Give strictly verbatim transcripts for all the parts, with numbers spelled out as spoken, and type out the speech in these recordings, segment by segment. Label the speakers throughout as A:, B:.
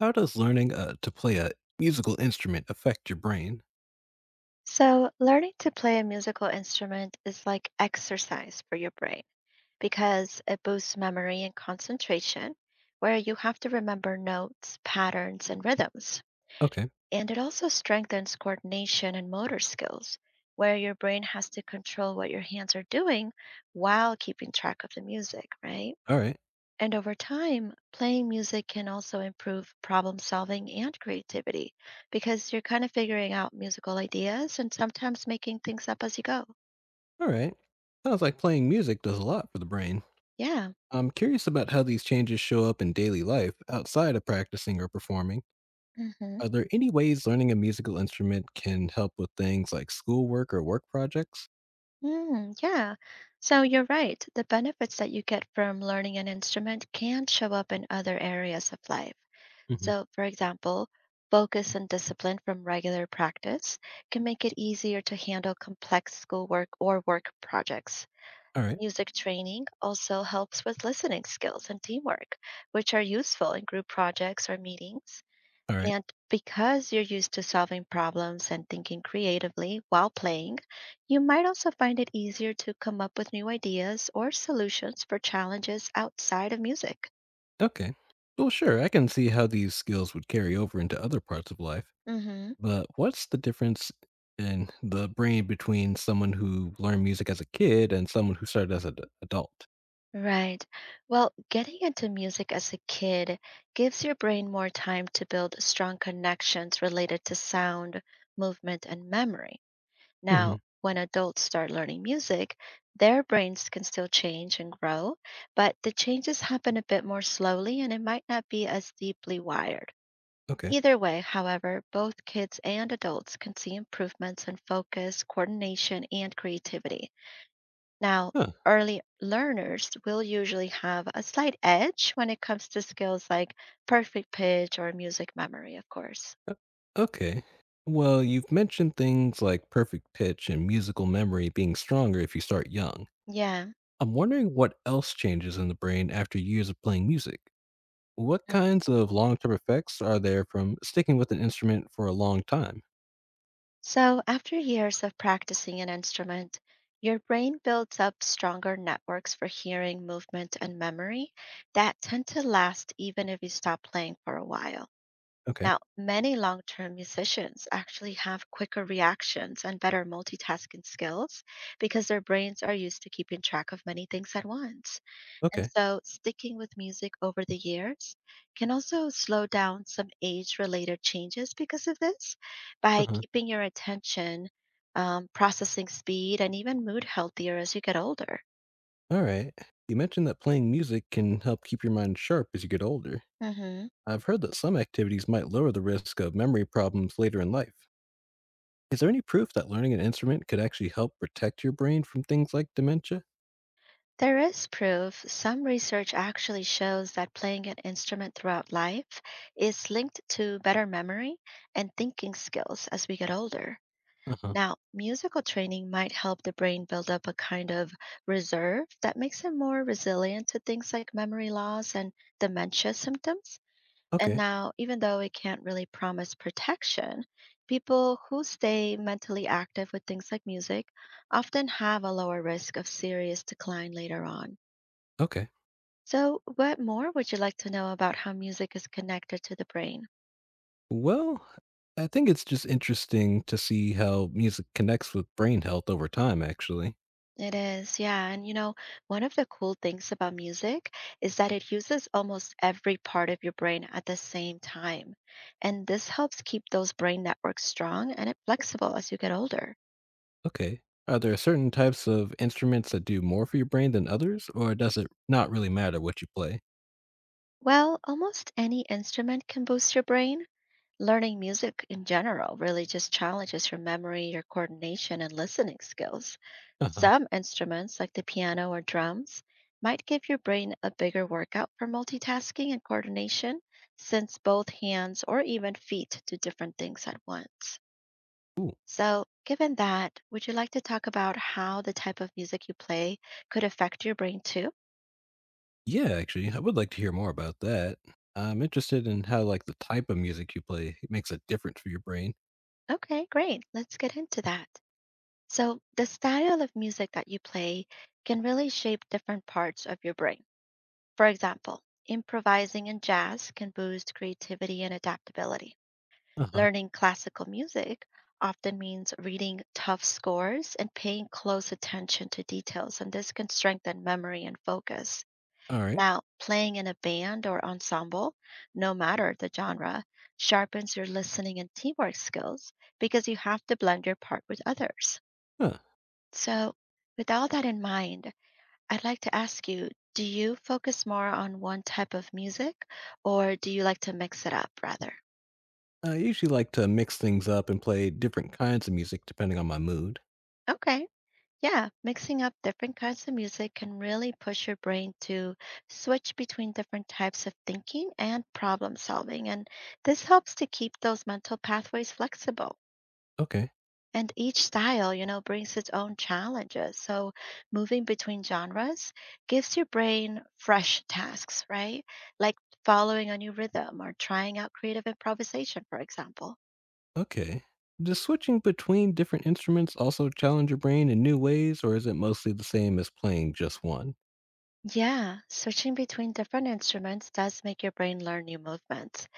A: How does learning uh, to play a musical instrument affect your brain?
B: So, learning to play a musical instrument is like exercise for your brain because it boosts memory and concentration, where you have to remember notes, patterns, and rhythms.
A: Okay.
B: And it also strengthens coordination and motor skills, where your brain has to control what your hands are doing while keeping track of the music, right?
A: All right.
B: And over time, playing music can also improve problem solving and creativity because you're kind of figuring out musical ideas and sometimes making things up as you go.
A: All right. Sounds like playing music does a lot for the brain.
B: Yeah.
A: I'm curious about how these changes show up in daily life outside of practicing or performing.
B: Hmm.
A: Are there any ways learning a musical instrument can help with things like schoolwork or work projects?
B: Mm, yeah. So you're right. The benefits that you get from learning an instrument can show up in other areas of life.
A: Hmm.
B: So, for example, focus and discipline from regular practice can make it easier to handle complex schoolwork or work projects.
A: All right.
B: Music training also helps with listening skills and teamwork, which are useful in group projects or meetings.
A: All right.
B: And because you're used to solving problems and thinking creatively while playing, you might also find it easier to come up with new ideas or solutions for challenges outside of music.
A: Okay. Well, sure. I can see how these skills would carry over into other parts of life.
B: Hmm.
A: But what's the difference in the brain between someone who learned music as a kid and someone who started as an adult?
B: Right. Well, getting into music as a kid gives your brain more time to build strong connections related to sound, movement, and memory.
A: Hmm.
B: Now, when adults start learning music, their brains can still change and grow, but the changes happen a bit more slowly and it might not be as deeply wired.
A: Okay.
B: Either way, however, both kids and adults can see improvements in focus, coordination, and creativity. Now,
A: Huh.
B: early learners will usually have a slight edge when it comes to skills like perfect pitch or music memory, of course.
A: o- Okay. Well, you've mentioned things like perfect pitch and musical memory being stronger if you start young.
B: Yeah.
A: I'm wondering what else changes in the brain after years of playing music. What
B: Mm-hmm.
A: kinds of long term effects are there from sticking with an instrument for a long time?
B: So, after years of practicing an instrument, your brain builds up stronger networks for hearing, movement, and memory that tend to last even if you stop playing for a while.
A: Okay.
B: Now, many long term musicians actually have quicker reactions and better multitasking skills because their brains are used to keeping track of many things at once. And
A: Okay.
B: so, sticking with music over the years can also slow down some age related changes because of this by
A: Uh-huh.
B: keeping your attention, um, processing speed, and even mood healthier as you get older.
A: All right. You mentioned that playing music can help keep your mind sharp as you get older.
B: Hmm.
A: I've heard that some activities might lower the risk of memory problems later in life. Is there any proof that learning an instrument could actually help protect your brain from things like dementia?
B: There is proof. Some research actually shows that playing an instrument throughout life is linked to better memory and thinking skills as we get older.
A: Uh huh.
B: Now, musical training might help the brain build up a kind of reserve that makes it more resilient to things like memory loss and dementia symptoms. And
A: Okay.
B: now, even though it can't really promise protection, people who stay mentally active with things like music often have a lower risk of serious decline later on.
A: Okay.
B: So, what more would you like to know about how music is connected to the brain?
A: Well, I think it's just interesting to see how music connects with brain health over time, actually.
B: It is, yeah. And you know, one of the cool things about music is that it uses almost every part of your brain at the same time. And this helps keep those brain networks strong and it flexible as you get older.
A: Okay. Are there certain types of instruments that do more for your brain than others, or does it not really matter what you play?
B: Well, almost any instrument can boost your brain. Learning music in general really just challenges your memory, your coordination, and listening skills.
A: Uh huh.
B: Some instruments, like the piano or drums, might give your brain a bigger workout for multitasking and coordination, since both hands or even feet do different things at once. So, given that, would you like to talk about how the type of music you play could affect your brain too?
A: Yeah, actually, I would like to hear more about that. I'm interested in how like the type of music you play it makes a difference for your brain.
B: Okay, great. Let's get into that. So, the style of music that you play can really shape different parts of your brain. For example, improvising in jazz can boost creativity and adaptability.
A: Uh-huh.
B: Learning classical music often means reading tough scores and paying close attention to details, and this can strengthen memory and focus.
A: All right.
B: Now, playing in a band or ensemble, no matter the genre, sharpens your listening and teamwork skills because you have to blend your part with others.
A: Huh.
B: So, with all that in mind, I'd like to ask you, do you focus more on one type of music or do you like to mix it up rather?
A: I usually like to mix things up and play different kinds of music depending on my mood.
B: Okay. Yeah, mixing up different kinds of music can really push your brain to switch between different types of thinking and problem solving. And this helps to keep those mental pathways flexible.
A: Okay.
B: And each style, you know, brings its own challenges. So moving between genres gives your brain fresh tasks, right? Like following a new rhythm or trying out creative improvisation, for example.
A: Okay. Does switching between different instruments also challenge your brain in new ways or is it mostly the same as playing just one?
B: Yeah, switching between different instruments does make your brain learn new movements.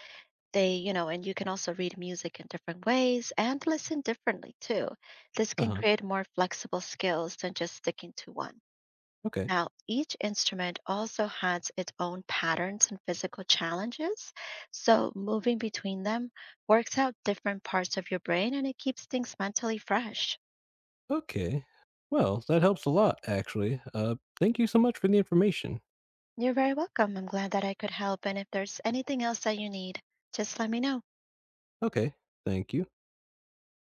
B: They, you know, and you can also read music in different ways and listen differently too. This can
A: Uh-huh.
B: create more flexible skills than just sticking to one.
A: Okay.
B: Now, each instrument also has its own patterns and physical challenges, so moving between them works out different parts of your brain and it keeps things mentally fresh.
A: Okay. Well, that helps a lot actually. Uh thank you so much for the information.
B: You're very welcome. I'm glad that I could help, and if there's anything else that you need, just let me know.
A: Okay. Thank you.